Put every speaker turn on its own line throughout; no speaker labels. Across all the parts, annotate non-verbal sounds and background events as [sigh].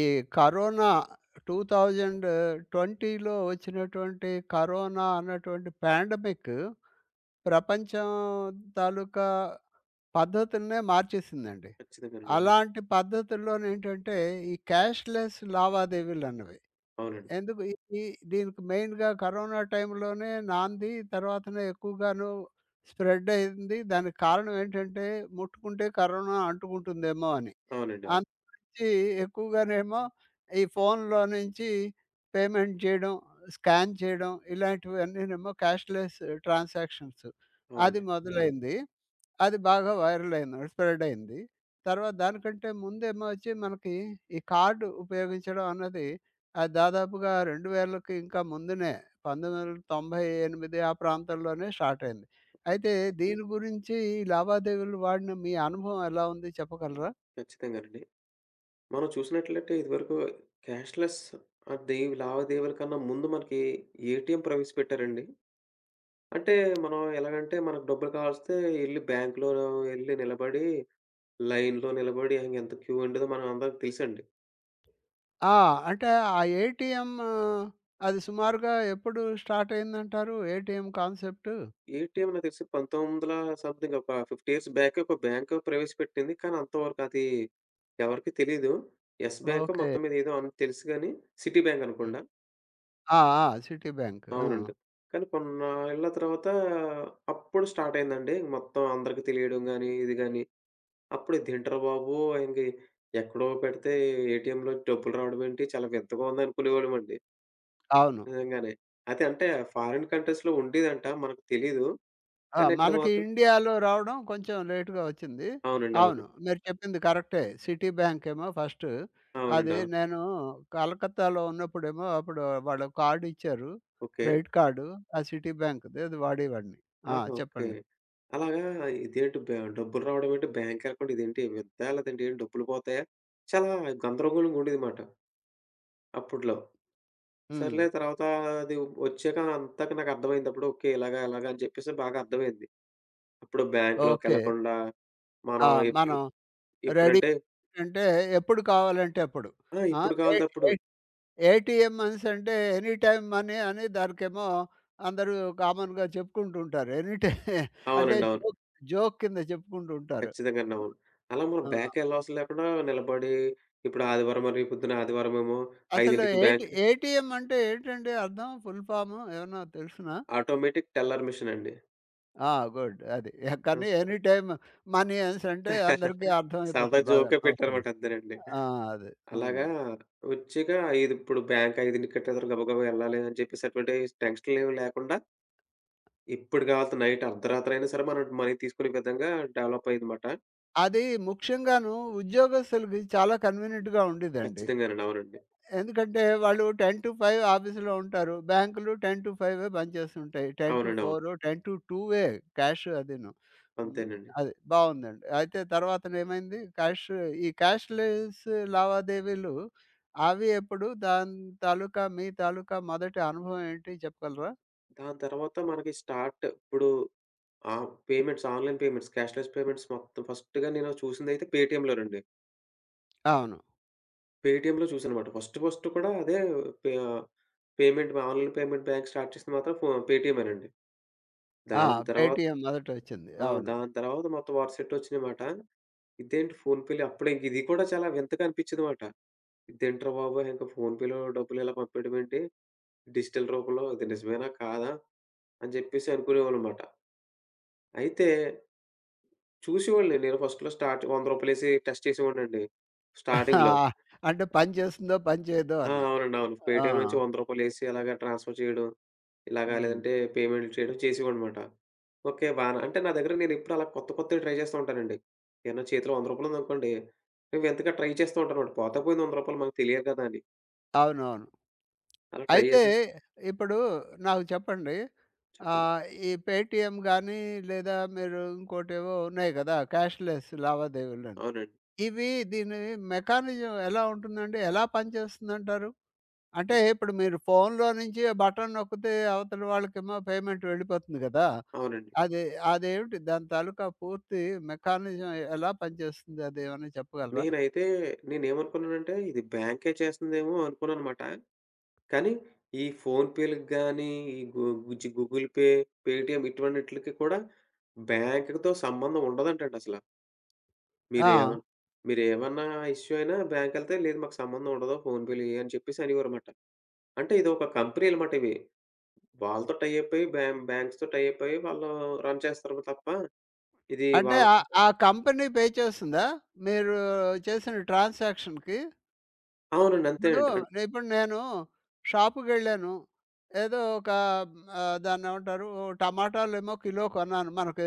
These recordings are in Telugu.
ఈ కరోనా 2020లో వచ్చినటువంటి కరోనా అన్నటువంటి పాండమిక్ ప్రపంచం తాలూకా పద్ధతులనే మార్చేసిందండి.
ఖచ్చితంగానండి. అవునండి.
అలాంటి పద్ధతుల్లోనేంటంటే ఈ క్యాష్‌లెస్ లావాదేవీలు అన్నవి.
అవునండి.
ఎందుకు ఇది దీనికి మెయిన్‌గా కరోనా టైంలోనే నాంది తర్వాతనే ఎక్కువగాను స్ప్రెడ్ అయింది. దానికి కారణం ఏంటంటే ముట్టుకుంటే కరోనా అంటుకుంటుందేమో అని.
అవునండి. అవును.
నుంచి ఎక్కువగానేమో ఈ ఫోన్‌లో నుంచి పేమెంట్ చేయడం, స్కాన్ చేయడం ఇలాంటివన్నీనేమో క్యాష్‌లెస్ ట్రాన్సాక్షన్స్. అది
అవునండి.
మొదలైంది. అది బాగా వైరల్ అయింది. స్ప్రెడ్ అయింది. తర్వాత దానికంటే ముందేమో వచ్చి మనకి ఈ కార్డ్ ఉపయోగించడం అన్నది అది దాదాపుగా 2000కి ఇంకా ముందునే 1998 ఆ ప్రాంతంలోనే స్టార్ట్ అయింది.
ఓకే.
అయితే దీని గురించి ఈ లావాదేవీలు వాడిన మీ అనుభవం ఎలా ఉంది చెప్పగలరా?
ఖచ్చితంగానండి. మనం చూసినట్లయితే ఇదివరకు క్యాష్‌లెస్ దేవ్ లావాదేవీల కన్నా ముందు మనకి ఏటీఎం ప్రవేశపెట్టారండి. అంటే మనం ఎలాగంటే మనకు డబ్బులు కావాల్సొస్తే ఎళ్లి బ్యాంక్‌లో ఎళ్లి నిలబడి, లైన్‌లో నిలబడి ఆయన ఎంత క్యూ ఉండేదో మనం అందరికి తెలుసండి.
ఆ! అంటే ఆ ఏటీఎం అది సుమారుగా ఎప్పుడు స్టార్ట్ అయిందంటారు? ATM concept?
ఏటీఎం నాకు తెలిసి 1900 సంథింగ్, ఒక 50 ఇయర్స్ బ్యాకే ఒక బ్యాంకు ప్రవేశపెట్టింది. కానీ అంతవరకు అది ఎవరికీ తెలీదు. యెస్, బ్యాంకో
ఓకే.
మొత్తం మీద ఏదో అని తెలుసు గాని సిటీ బ్యాంక్ అనుకుంట.
హ్మ్. ఆ! ఆ! Citibank. ఆ!
అవునండి. కానీ కొన్నేళ్ల తర్వాత అప్పుడు స్టార్ట్ అయిందండి మొత్తం అందరికి తెలియడం గాని, ఇది గాని. అప్పుడు ఇదేంట్రా బాబు, ఇంక ఎక్కడో పెడితే ఏటీఎంలో డబ్బులు రావడం ఏంటి, చాలా వింతగా ఉంది అనుకునేవాళ్ళమండి
అవును.
నిజంగానే. అదే అంటే ఫారిన్ కంట్రీస్‌లో ఉండేదంట. మనకు తెలీదు.
ఆ!
కానీ ఇక్కడ
మనకి
మాత్రం
ఇండియాలో రావడం కొంచెం లేట్‌గా వచ్చింది.
అవునండి. అవును.
అవును. మీరు చెప్పింది కరెక్టే. సిటీ బ్యాంక్ ఏమో ఫస్టు.
అవునండి.
అది
అవును.
నేను కలకత్తాలో ఉన్నప్పుడేమో అప్పుడు వాళ్ళు కార్డ్ ఇచ్చారు.
ఓకే.
Credit card. ఆ సిటీ బ్యాంక్‌ది అది వాడేవాడిని. ఆ!
ఆహా, ఓకే.
చెప్పండి.
అలాగా ఇదేంటి బ డబ్బులు రావడం ఏంటి? బ్యాంక్ అకౌంట్ ఇదేంటి వింత? లేదంటే ఏంటి డబ్బులు పోతాయా? చాలా గందరగోళంగా ఉండేదిమాట అప్పట్లో.
హ్మ్.
సర్లే తర్వాత అది వచ్చాక అంతాక నాకర్థమైందప్పుడు. ఓకే. ఇలాగా, అలాగా అని చెప్పేసి బాగా అర్థమైంది. అప్పుడు
ఓకే.
బ్యాంక్‌లోకెళ్ళకుండా
ఆ!
మనం ఎప్
మనం
ఎప్
రెడీ
ఎప్పుడంటే
అంటే ఎప్పుడు కావాలంటే అప్పుడు.
ఆ,
ఆ!
ఇప్పుడు
ఏ
కావాలిదప్పుడు.
ఏ ఏటీఎం అనేసంటే ఎనీ టైమ్ మనీ అని దానికేమో అందరూ కామన్‌గా చెప్పుకుంటూ ఉంటారు. ఎనీ టైమ్ [laughs] అంటే
అవునండి. అవును.
జోక్ జోక్ కింద చెప్పుకుంటూ ఉంటారు.
ఖచ్చితంగానండి. అవును. అలా మనం
ఆ!
బ్యాంకెళ్ళవసరం లేకుండా నిలబడి ఇప్పుడు ఆదివారం, మరి పొద్దున ఆదివారమేమో
అసలు
5కి బ్యాంక్,
ఏటీఎం అంటే ఏంటండి అర్థం? ఫుల్ ఫార్మ్ ఏమన్నా తెలుసునా?
ఆటోమేటిక్ టెల్లర్ మిషన్ అండి.
ఆ! గుడ్. అది. ఎ- కానీ ఎనీ టైమ్ మనీ అనేసంటే అందరికీ
[laughs] సరదా
అర్థమైపోతుంది బాగా.
జోక్‌గా
ఓకే.
పెట్టారన్నమాట, అంతేనండి.
ఆ! అది. హ్మ్.
అలాగా వచ్చాక 5 ఇప్పుడు బ్యాంక్ 5కి కట్టేతరు గబగబా ఎళ్ళాలి అని చెప్పేసి అటువంటి టెన్షన్‌లేమి లేకుండా ఇప్పుడు కాదు, నైట్ అర్ధరాత్రైనా సరే మనం మనీ తీసుకునే విధంగా డెవలప్ అయిందన్నమాట.
అది ముఖ్యంగాను ఉద్యోగస్తులకి చాలా కన్వీనియంట్‌గా ఉండేదండి.
ఖచ్చితంగానండి. అవునండి.
ఎందుకంటే వాళ్ళు 10-5 ఆఫీస్‌లో ఉంటారు. బ్యాంకులు 10-5 పనిచేస్తుంటాయి. 10-4
అవునండి. అవును.
10-2 క్యాష్ అదీను. హ్మ్.
అంతేనండి.
అది బావుందండి. అయితే తర్వాతనేమైంది క్యాష్ ఈ క్యాష్‌లెస్ లావాదేవీలు అవి ఎప్పుడు? దాని తాలూకా మీ తాలూకా మొదటి అనుభవం ఏంటి చెప్పగలరా?
దాని తర్వాత మనకి స్టార్ట్ ఇప్పుడు payments, online payments, cashless payments మొత్తం ఫస్ట్‌గా నేను చూసిందైతే పేటీఎంలోనండి.
అవును.
పేటీఎంలో చూసానన్నమాట. ఫస్ట్ ఫస్ట్ కూడా అదే pay payment, online payment bank start చేసింది మాత్రం పేటీఎమేనండి.
ఆ!
దాని తర్వాత
పేటీఎం మొదటొచ్చింది.
ఆ,
అవును.
దాని తర్వాత మొత్తం వరుసెట్ వచ్చినియమాట. ఇదేంటి ఫోన్ పే‌లో అప్పుడే, ఇంక ఇది కూడా చాలా వింతగా అనిపించిందిమాట. ఇదేంట్రా బాబోయ్, ఇంక ఫోన్ పే‌లో డబ్బులు ఇలా పంపేయడం ఏంటి? డిజిటల్ రూపంలో ఇది నిజమేనా, కాదా అని చెప్పేసి అనుకునేవాళ్ళమాట. అయితే చూసేవాడిని, నేను ఫస్ట్‌లో స్టార్ట్ రూ. 100 ఏసి టెస్ట్ చేసేవాడినండి స్టార్టింగ్‌లో.
[laughs] అంటే పని చేస్తుందో పని చేయదో
ఆ,
అని.
అవునండి. అవును.
ఆ!
పేటీఎం నుంచి రూ. 100 అలాగా ట్రాన్స్‌ఫర్ చేయడం, ఇలాగా,
హ్మ్.
లేదంటే పేమెంట్ చేయడం చేసేవాడినమాట. ఓకే, బానే. అంటే నా దగ్గర నేనెప్పుడు అలా కొత్త కొత్తవి ట్రై చేస్తూ ఉంటానండి. ఏమన్నా చేతిలో రూ. 100 ఉందనుకోండి, నేను వింతగా ట్రై చేస్తూ ఉంటానమాట. పోతే పోయింది రూ. 100, మనకు తెలియదు కదా అని.
అవునవును.
అలా ట్రై
అయితే
చేశా.
ఇప్పుడు నాకు చెప్పండి.
చెప్పండి.
ఆహ్, ఈ పేటీఎం గానీ, లేదా మీరు ఇంకోటేవో ఉన్నాయి కదా! క్యాష్‌లెస్ లావాదేవీలని.
అవునండి.
ఇవి దీని మెకానిజం ఎలా ఉంటుందండి? ఎలా పనిచేస్తుందంటారు? అంటే ఇప్పుడు మీరు ఫోన్‌లో నుంచి బటన్ నొక్కితే అవతల వాళ్ళకేమో పేమెంట్ వెళ్ళిపోతుంది కదా!
అవునండి.
అది అదేమిటి దాని తాలూకా పూర్తి మెకానిజం ఎలా పనిచేస్తుంది? అదేమన్నా చెప్పగలరా?
నేనైతే నేనేమనుకున్నానంటే ఇది బ్యాంకే చేస్తుందేమో అనుకున్నాననమాట. కానీ ఈ ఫోన్‌పే‌లకి గానీ, ఈ గు జి గూగుల్ పే, పేటీఎం ఇటువంటిట్లికి కూడా బ్యాంకుతో సంబంధం ఉండదంటండసల.
ఆ!
మీరేమ మీరేమన్నా ఇష్యూ అయినా బ్యాంకెళ్తే, లేదు మాకు సంబంధం ఉండదు, ఫోన్‌పే‌లు ఇయ్యి అని చెప్పేసి అనేవారమాట. అంటే ఇదొక కంపెనీలమాట ఇవి. వాళ్ళతో టై అప్ అయ్యి, బ్యాంక్స్‌తో టై అప్ అయ్యి వాళ్ళు రన్ చేస్తారు తప్ప, ఇది
అంటే ఆ
వాళ్ళకి
ఆ కంపెనీ పే చేస్తుందా? మీరు చేసిన ట్రాన్సాక్షన్‌కి?
అవునండి.
ఇప్పుడు
అంతేనండి.
ఇప్పుడు నేను షాప్‌కెళ్ళాను. ఏదో ఒక ఆహ్, దాన్నేమంటారు టమాటాలేమో కిలో కొన్నాను. మనకి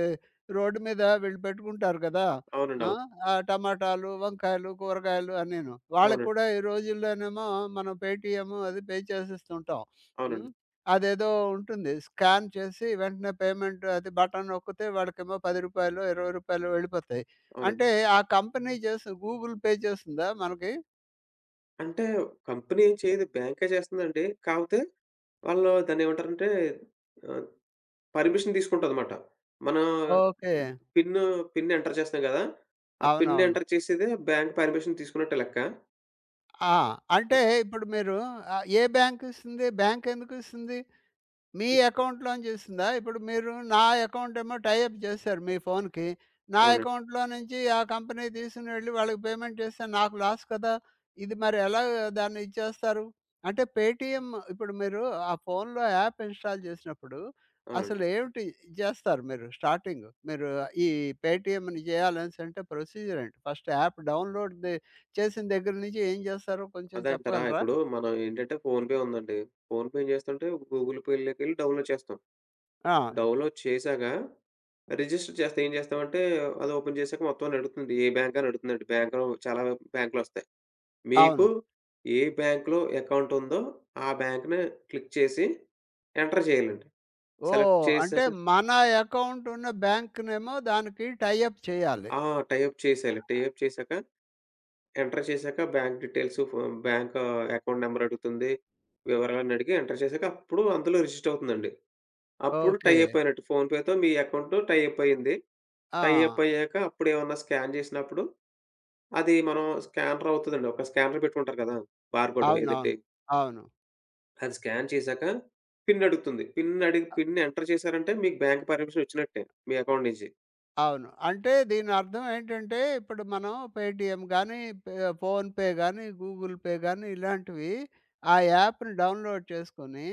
రోడ్డు మీద వీళ్ళు పెట్టుకుంటారు కదా!
అవునండి. అవును.
ఆ! ఆ టమాటాలు, వంకాయలు, కూరగాయలు అన్నీను. వాళ్ళకి
అవునండి.
కూడా ఈ రోజుల్లోనేమో మనం పేటీఎం అది పే చేసేస్తుంటాం. హ్మ్.
అవునండి.
అదేదో ఉంటుంది. స్కాన్ చేసి వెంటనే పేమెంట్ అది బటన్ నొక్కితే వాడికేమో రూ. 10, రూ. 20 వెళ్ళిపోతాయి.
అవునండి.
అంటే ఆ కంపెనీ చేసి గూగుల్ పే చేస్తుందా మనకి?
అంటే కంపెనీ ఏం చేయదు, బ్యాంకే చేస్తుందండి. కాపోతే వాళ్ళు దాన్నేమంటారంటే ఆహ్, పర్మిషన్ తీసుకుంటదమాట. మనం
ఓకే.
పిన్, పిన్ ఎంటర్ చేస్తాం గదా. ఆ పిన్
అవునవును.
ఎంటర్ చేసేదే బ్యాంక్ పర్మిషన్ తీసుకున్నట్టే లెక్క.
ఆ! అంటే ఇప్పుడు మీరు ఆహ్, ఏ బ్యాంక్ ఇస్తుంది? బ్యాంక్ ఎందుకు ఇస్తుంది? మీ
ఇప్
అకౌంట్‌లోంచి ఇస్తుందా? ఇప్పుడు మీరు నా అకౌంట్ ఏమో టై అప్ చేశారు మీ ఫోన్‌కి. నా
అవునండి.
అకౌంట్‌లో నుంచి ఆ కంపెనీ తీసుకొని వెళ్లి వాళ్ళకి పేమెంట్ చేస్తే నాకు లాస్ కదా! ఇది మరి ఎలా దాన్ని ఇది చేస్తారు? అంటే పేటీఎం ఇప్పుడు మీరు ఆ ఫోన్‌లో యాప్ ఇన్‌స్టాల్ చేసినప్పుడు
అవునండి.
అసలు ఏమిటి చేస్తారు మీరు స్టార్టింగ్? మీరు ఈ పేటీఎంని చేయాలనేసంటే ప్రొసీజర్ ఏంటి? ఫస్ట్ యాప్ డౌన్‌లోడ్ ది చేసిన దగ్గర నుంచి ఏం చేస్తారో కొంచెం
అదంటారా!
చెప్పగలరా?
ఇప్పుడు మనం ఏంటంటే ఫోన్‌పే ఉందండి. ఫోన్‌పే ఏం చేస్తుంటే గూగుల్ పేలోకెళ్ళి డౌన్లోడ్ చేస్తాం.
ఆ!
డౌన్లోడ్ చేశాక రిజిస్టర్ చేస్తే ఏం చేస్తామంటే అది ఓపెన్ చేశాక మొత్తం అని అడుగుతుంది. ఏ బ్యాంక్ అని అడుగుతుందండి. బ్యాంక్‌లో చాలా బ్యాంక్‌లొస్తాయి. మీకు
అవును.
ఏ బ్యాంక్‌లో అకౌంట్ ఉందో ఆ బ్యాంక్‌ని క్లిక్ చేసి ఎంటర్ చేయాలండి. సెలెక్ట్
ఓహ్! అంటే
చేశాక
మన అకౌంట్ ఉన్న బ్యాంక్‌నేమో దానికి టై అప్ చేయాలి.
ఆ, టైప్ చేసేయాలి. టైప్ చేశాక ఎంటర్ చేశాక bank details, bank account number అడుగుతుంది. వివరాలన్నీ అడిగి ఎంటర్ చేశాక అప్పుడు అందులో రిజిస్టర్ అవుతుందండి. అప్పుడు టై
ఓకే.
అప్ అయినట్టు. ఫోన్‌పేతో మీ అకౌంట్ టై అప్ అయింది.
ఆ!
టై అప్ అయ్యాక అప్పుడేమన్నా స్కాన్ చేసినప్పుడు అది మనం స్కానర్ అవుతదండి. ఒక స్కానర్ పెట్టుకుంటారు కదా, బార్‌కోడ్ ఏదంటే
అవునవును. అవును.
అది స్కాన్ చేశాక పిన్ అడుగుతుంది. పిన్ అడిగి పిన్ ఎంటర్ చేశారంటే మీకు బ్యాంక్ పర్మిషన్ వచ్చినట్టే మీ అకౌంట్ నుంచి.
అవును. అంటే దీని అర్థం ఏంటంటే, ఇప్పుడు మనం పేటీఎమ్ గానీ, పే ఫోన్‌పే గానీ, గూగుల్ పే గానీ ఇలాంటివి ఆ యాప్‌ని డౌన్‌లోడ్ చేసుకొని,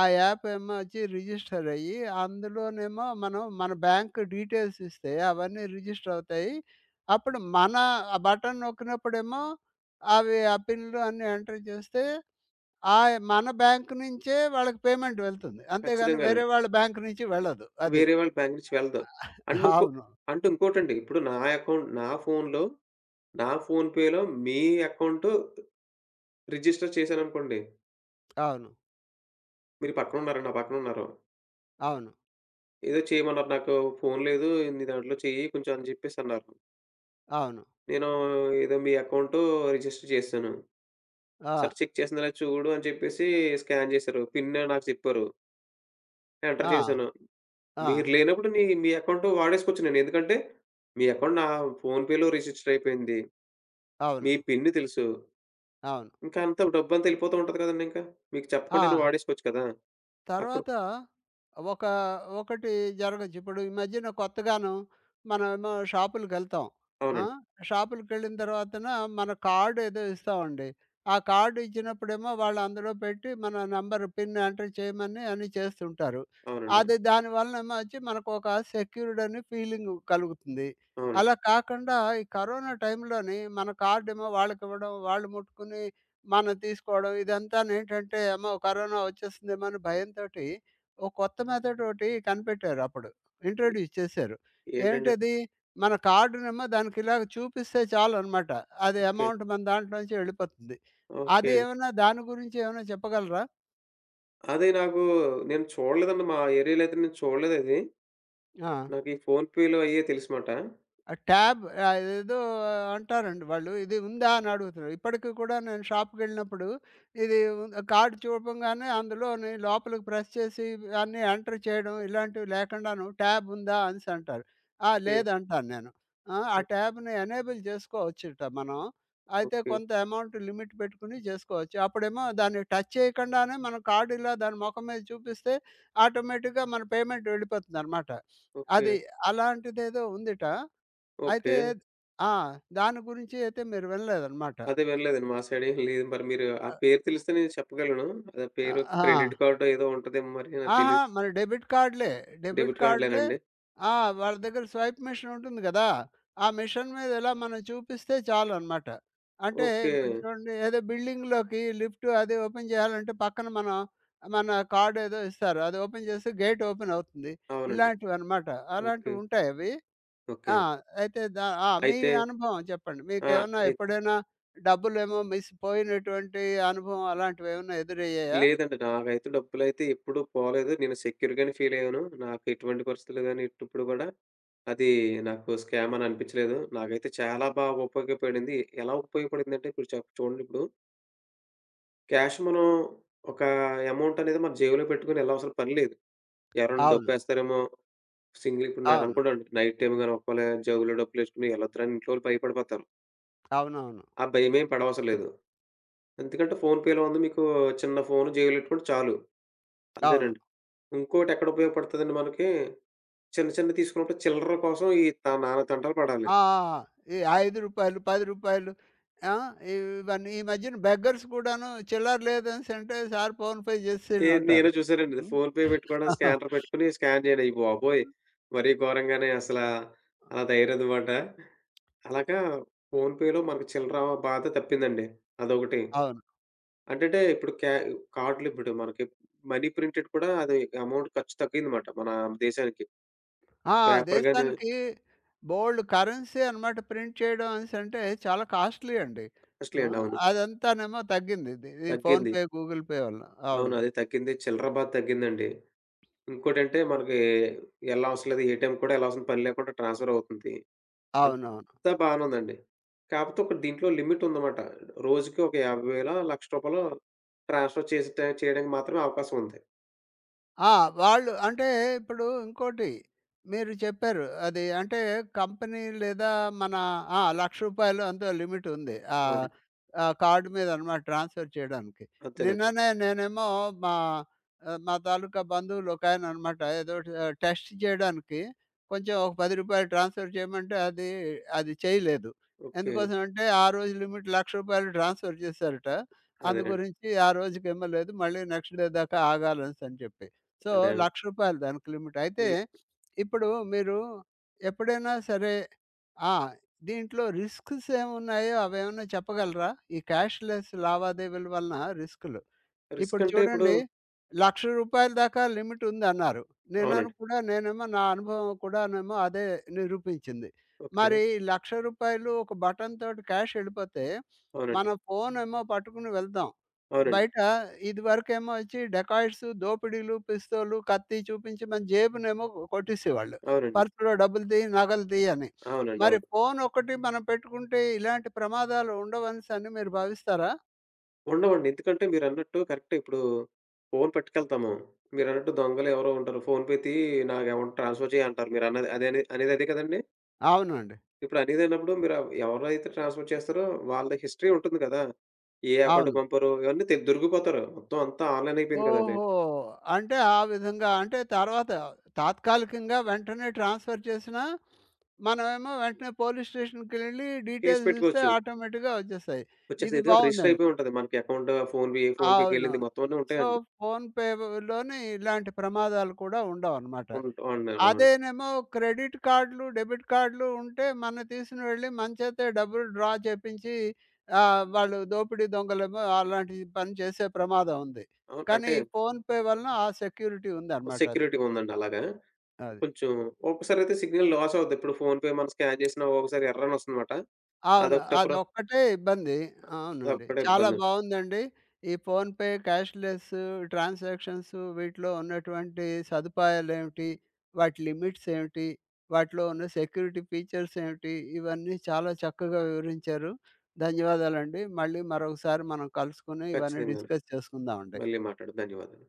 ఆ యాప్ ఏమో వచ్చి రిజిస్టర్ అయ్యి, అందులోనేమో మనం మన బ్యాంక్ డీటెయిల్స్ ఇస్తే అవన్నీ రిజిస్టర్ అవుతాయి. అప్పుడు మన ఆ బటన్ నొక్కినప్పుడేమో అవి ఆ పిన్‌లు అన్నీ ఎంటర్ చేస్తే ఆహ్, మన బ్యాంక్ నుంచే వాళ్ళకి పేమెంట్ వెళ్తుంది. అంతేగాని వేరే
ఖచ్చితంగానండి.
వాళ్ళ బ్యాంక్ నుంచి వెళ్ళదు. అది.
వేరే వాళ్ళ బ్యాంక్ నుంచి వెళ్ళదు. అండ్ ఇంకో
అవును.
అంటే ఇంకోటండి. ఇప్పుడు నా అకౌంట్ నా ఫోన్‌లో, నా ఫోన్ పేలో మీ అకౌంట్ రిజిస్టర్ చేశాననుకోండి.
అవును.
మీరు పక్కన ఉన్నారు, నా పక్కన ఉన్నారు.
అవును.
ఏదో చేయమన్నారు. నాకు ఫోన్ లేదు. నీ దాంట్లో చెయ్యి కొంచెం అని చెప్పేసి అన్నారు.
అవును.
నేను ఏదో మీ అకౌంట్ రిజిస్టర్ చేశాను.
ఆ!
సరే, చెక్ చేసిందా లేదా చూడు అని చెప్పేసి స్కాన్ చేశారు. పిన్ నాకు చెప్పారు. ఎంటర్
ఆ!
చేశాను.
ఆ!
మీరు లేనప్పుడు నీ మీ అకౌంట్ వాడేసుకోవచ్చు నేను. ఎందుకంటే, మీ అకౌంట్ నా ఫోన్‌పేలో రిజిస్టర్ అయిపోయింది. మీ
అవును.
పిన్ తెలుసు.
అవును.
ఇంకా అంత డబ్బు, అంతా డబ్బంతా ఎళ్ళిపోతూ ఉంటది కదండీ ఇంకా. మీకు
ఆ!
చెప్పకుండా నేను వాడేసుకోవచ్చు కదా? అక్కడ
తర్వాత ఒక ఒకటి జరగచ్చు. ఇప్పుడు ఈ మధ్యన కొత్తగాను మనమేమో షాపులకెళ్తాం. ఆ!
అవునండి.
షాపులకెళ్ళిన తర్వాతన మన కార్డ్ ఏదో ఇస్తామండి. ఆ కార్డ్ ఇచ్చినప్పుడేమో వాళ్ళు అందులో పెట్టి మన నంబర్ పిన్ ఎంటర్ చేయమని అన్నీ చేస్తుంటారు.
అవునండి. అవును.
అది దానివలనేమో వచ్చి మనకొక సెక్యూర్డ్ అని ఫీలింగ్ కలుగుతుంది. అలా
అవునండి.
కాకుండా ఈ కరోనా టైంలోని మన కార్డేమో వాళ్ళకివ్వడం, వాళ్ళు ముట్టుకుని మనం తీసుకోవడం ఇదంతానేంటంటే, అమ్మో! కరోనా వచ్చేస్తుందేమో అని భయంతోటి, ఓ కొత్త మెథడోటి కనిపెట్టారు అప్పుడు.
ఏ,
ఇంట్రొడ్యూస్ చేశారు.
ఏంటండి అది?
ఏమిటది? మన కార్డునేమో దానికిలాగ చూపిస్తే చాలనమాట. అది
ఓకే.
అమౌంట్ మన దాంట్లోంచి వెళ్ళిపోతుంది. అది
ఓకే.
ఏమన్నా దాని గురించి ఏమన్నా చెప్పగలరా?
అదే నాకు, నేను చూడలేదండి. మా ఏరియాలో అయితే నేను చూడలేదది.
ఆ!
నాకు ఈ ఫోన్‌పేలో అయ్యే తెలుసుమాట.
ఆ ట్యాబ్ ఆహ్, ఏదో అంటారండి వాళ్ళు. ఇది ఉందా అని అడుగుతున్నారు. ఇప్పటికి కూడా నేను షాప్‌కెళ్ళినప్పుడు ఇది ఉన్ కార్డ్ చూపంగానే అందులోని లోపలికి ప్రెస్ చేసి అన్నీ ఎంటర్ చేయడం ఇలాంటివి లేకుండాను ట్యాబ్ ఉందా అనేసి అంటారు. ఆ!
ఓకే.
లేదంటాను నేను. ఆ! ఆ ట్యాబ్‌ని ఎనేబుల్ చేసుకోవచ్చుట మనం. అయితే
ఓకే.
కొంత అమౌంట్ లిమిట్ పెట్టుకొని చేసుకోవచ్చు. అప్పుడేమో దాన్ని టచ్ చేయకుండానే మనం కార్డ్ ఇలా దాని మొఖం మీద చూపిస్తే ఆటోమేటిక్‌గా మన పేమెంట్ వెళ్ళిపోతుందనమాట.
ఓకే.
అది అలాంటిదేదో ఉందిట.
ఓకే.
అయితే ఆ! దాని గురించి అయితే మీరు వినలేదనమాట.
అదే వెళ్ళలేదండి. మా సైడేం లేదు. మరి మీరు ఆ
అవ్
పేరు తెలిస్తే నేను చెప్పగలను. అది పేరు
ఆ!
క్రెడిట్ కార్డో ఏదో ఉంటదేమో మరి, నాకు
ఆహా!
తెలీదు.
మన డెబిట్ కార్డ్‌లే. డెబిట్
డెబిట్
కార్డ్‌లే
కార్డ్‌లేనండి?
ఆ! వాళ్ళ దగ్గర స్వైప్ మెషిన్ ఉంటుంది గదా! ఆ మెషిన్ మీద ఇలా మనం చూపిస్తే చాలనమాట. అంటే
ఓకే.
ఇప్పుడు చూడండి ఏదో బిల్డింగ్‌లోకి లిఫ్ట్ అది ఓపెన్ చేయాలంటే పక్కన మనం మన కార్డ్ ఏదో ఇస్తారు. అది ఓపెన్ చేస్తే గేట్ ఓపెన్ అవుతుంది.
అవునండి.
ఇలాంటివనమాట.
ఓకే.
అలాంటివుంటాయవి.
ఓకే.
ఆ! అయితే దా ఆ! మీ
అయితే
అనుభవం చెప్పండి.
ఆ,
మీకేమన్నా
అయితే
ఎప్పుడైనా డబ్బులేమో మిస్ పోయినటువంటి అనుభవం అలాంటివేమన్నా ఎదురయ్యాయా?
లేదండి. నాకైతే డబ్బులైతే ఎప్పుడూ పోలేదు. నేను సెక్యూర్‌గానే ఫీలయ్యాను. నాకు ఎటువంటి పరిస్థితుల్లో గాని ఎప్పుడు కూడా అది నాకు స్కామ్ అని అనిపించలేదు. నాకైతే చాలా బాగా ఉపయోగపడింది. ఎలా ఉపయోగపడిందంటే ఇప్పుడు చూడండి, ఇప్పుడు క్యాష్ మనం ఒక అమౌంట్ అనేది మన జేబులో పెట్టుకొని ఎళ్ళవలసిన పని లేదు. ఎవరైనా
అవును.
దొబ్బేస్తారేమో, సింగిల్ ఇప్పుడు
అవును.
అనుకోండి, నైట్ టైమ్ గాని ఒకవేళ జేబులో డబ్బులేసుకొని ఎళ్ళొద్దురా అని ఇంట్లోళ్ళు భయపడిపోతారు.
అవునవును.
ఆ భయమేం పడవసరం లేదు. ఎందుకంటే ఫోన్‌పేలో ఉంది మీకు, చిన్న ఫోను జేబులో పెట్టుకుంటే చాలు.
అవును.
అంతేనండి. ఇంకోటెక్కడ ఉపయోగపడతదండి మనకి, చిన్న చిన్నవి తీసుకున్నప్పుడు చిల్లర కోసం ఈ త నానా తంటాలు పడాలి.
ఆ! ఆ! ఆ! ఈ రూ. 5, రూ. 10 ఆ! ఇవన్నీ ఈ మధ్యన బెగ్గర్స్ కూడాను చిల్లర లేదనేసంటే సార్ ఫోన్ పే
ఏ, నేను
చేసేయండంటారు.
చూసానండి.
హ్మ్.
ఫోన్ పే పెట్టుకోవడం,
[laughs]
స్కానర్ పెట్టుకొని స్కాన్ చేయడం. అయ్య బాబోయ్, మరీ ఘోరంగానే అసలా అలా తయారన్నమాట. అలాగా ఫోన్ పేలో మనకు చిల్లర బాధ తప్పిందండి. అదొకటి.
అవును.
అంటేంటే ఇప్పుడు కార్డ్‌లిప్పుడు మనకి మనీ ప్రింటెడ్ కూడా, అది అమౌంట్ ఖర్చు తగ్గిందమాట మన దేశానికి.
ఆ!
పేపర్ గాని
దేశానికి బోలెడు కరెన్సీ అన్నమాట ప్రింట్ చేయడం అనేసంటే చాలా కాస్ట్‌లీ అండి.
కాస్ట్‌లీ
ఆ!
అండి. అవును.
అదంతానేమో తగ్గింది. ఇది ఈ
తగ్గింది.
ఫోన్‌పే, గూగుల్ పే వల్ల.
అవును.
అవును.
అది తగ్గింది, చిల్లర బాధ తగ్గిందండి. ఇంకోటంటే మనకి ఎళ్ళనవసరం లేదు. ఏటీఎం కూడా ఎళ్ళాల్సిన పని లేకుండా ట్రాన్స్‌ఫర్ అవుతుంది.
అవునవును.
అంతా బానే ఉందండి. కాపోతే ఒక దీంట్లో లిమిటుందమాట. రోజుకి ఒక 50,000, రూ. 1,00,000 ట్రాన్స్‌ఫర్ చేసేట చేయడానికి మాత్రమే అవకాశం ఉంది.
ఆ! వాళ్ళు అంటే ఇప్పుడు ఇంకోటి మీరు చెప్పారు. అది అంటే కంపెనీ లేదా మన ఆ! రూ. 1,00,000 ఎంతో లిమిట్ ఉంది. ఆహ్,
అవునండి.
ఆ కార్డ్ మీద అన్నమాట ట్రాన్స్‌ఫర్ చేయడానికి.
అంతేనండి.
నిన్ననే నేనేమో మా ఆహ్, మా తాలూకా బంధువులు ఒకాయన అన్నమాట ఏదో ఆహ్, టెస్ట్ చేయడానికి కొంచెం ఒక రూ. 10 ట్రాన్స్‌ఫర్ చేయమంటే అది, అది చేయలేదు.
ఓకే.
ఎందుకోసం అంటే ఆ రోజు లిమిట్ రూ. 1,00,000 ట్రాన్స్‌ఫర్ చేశారట. అందు
అదేనండి.
గురించి ఆ రోజుకేమో లేదు. మళ్ళీ నెక్స్ట్ డే దాకా ఆగాలనేసి అని చెప్పి. సో, రూ.
అదేనండి.
1,00,000 దానికి లిమిట్. అయితే
లి
ఇప్పుడు మీరు ఎప్పుడైనా సరే ఆ! దీంట్లో రిస్క్స్ ఏమున్నాయో అవేమన్నా చెప్పగలరా? ఈ క్యాష్‌లెస్ లావాదేవీల వలన రిస్కులు.
రిస్క్
ఇప్పుడు
అంటే ఇప్పుడు
చూడండి రూ. 1,00,000 దాకా లిమిట్ ఉందన్నారు. నేనను
అవునండి.
కూడా నేనేమో నా అనుభవం కూడానేమో అదే నిరూపించింది.
ఓకే.
మరి రూ. 1,00,000 ఒక బటన్ తోటి క్యాష్ ఎళ్ళిపోతే,
అవునండి.
మన ఫోనేమో పట్టుకుని వెళ్తాం.
అవునండి.
బయట ఇదివరకేమో వచ్చి డకాయిట్స్, దోపిడీలు, పిస్తోలు, కత్తి చూపించి మన జేబునేమో కొట్టేసేవాళ్ళు.
అవునండి.
పర్సులో డబ్బులు తీయి, నగలు తీయి అని.
అవునండి. అవును.
మరి ఫోను ఒక్కటి మనం పెట్టుకుంటే ఇలాంటి ప్రమాదాలు ఉండవనేసని మీరు భావిస్తారా?
ఉండవండి. ఎందుకంటే మీరన్నట్టు కరెక్టే. ఇప్పుడు ఫోను పట్టుకెళ్తాము. మీరన్నట్టు దొంగలెవరో ఉంటారు. ఫోను పెట్టి నాకు అమౌంట్ ట్రాన్స్‌ఫర్ చేయి అంటారు. మీరన్నది అదే, అనేది అదే కదండీ.
అవునండి.
ఇప్పుడు అనేదైనప్పుడు మీరు ఎవరైతే ట్రాన్స్‌ఫర్ చేస్తారో వాళ్ళ హిస్టరీ ఉంటుంది కదా. ఏ అకౌంట్‌కి
అవును.
పంపారో ఇవన్నీ దొరికిపోతారు. మొత్తం అంతా ఆన్‌లైన్ అయిపోయింది కదండీ.
ఓహో! అంటే ఆ విధంగా అంటే తర్వాత తాత్కాలికంగా వెంటనే ట్రాన్స్‌ఫర్ చేసినా, మనమేమో వెంటనే పోలీస్ స్టేషన్‌కెళ్ళి
కేస్
డీటెయిల్స్ ఇస్తే
పెట్టుకోవచ్చు.
ఆటోమేటిక్‌గా వచ్చేస్తాయి.
వచ్చేసి
ఇది
ఏదో ఒకటి రిజిస్టర్
బావుందండి.
అయిపోయి ఉంటది. మనకి అకౌంట్ ఫోన్‌పే, ఏ ఫోన్‌పే‌కి
అవునవును.
ఎళ్ళింది మొత్తం అన్నీ
సో,
ఉంటాయండి.
ఫోన్‌పేలోని ఇలాంటి ప్రమాదాలు కూడా ఉండవనమాట.
అవును. అవును.
అదేనేమో క్రెడిట్ కార్డులు, డెబిట్ కార్డులు ఉంటే మనని తీసుకొని వెళ్ళి మన చేతే డబ్బులు డ్రా చేపించి ఆహ్, వాళ్ళు దోపిడీ దొంగలేమో అలాంటి పని చేసే ప్రమాదం ఉంది.
అవును.
కానీ
అంటే
ఈ ఫోన్‌పే వలన ఆ సెక్యూరిటీ ఉందన్నమాట అది.
సెక్యూరిటీగా ఉందండి అలాగా.
అది.
కొంచెం ఒక్కోసారయితే సిగ్నల్ లాస్ అవుద్ది. ఇప్పుడు ఫోన్‌పే మనం స్కాన్ చేసినా ఒక్కొక్కసారి ఎర్రర్ అని వస్తుందన్నమాట.
అవును.
అదొకటి ప్ర
అదొక్కటే ఇబ్బంది. అవునండి.
అదొక్కటే
చాలా
ఇబ్బందండి.
బావుందండి. ఈ ఫోన్‌పే, క్యాష్‌లెస్ ట్రాన్సాక్షన్స్ వీటిలో ఉన్నటువంటి సదుపాయాలేమిటి? వాటి లిమిట్స్ ఏమిటి? వాటిలో ఉన్న సెక్యూరిటీ ఫీచర్స్ ఏమిటి? ఇవన్నీ చాలా చక్కగా వివరించారు. ధన్యవాదాలండి. మళ్ళీ మరొకసారి మనం కలుసుకొని ఇవన్నీ
ఖచ్చితంగాను.
డిస్కస్ చేసుకుందామండి.
మళ్ళీ మాట్లాడదాం. ధన్యవాదాలు.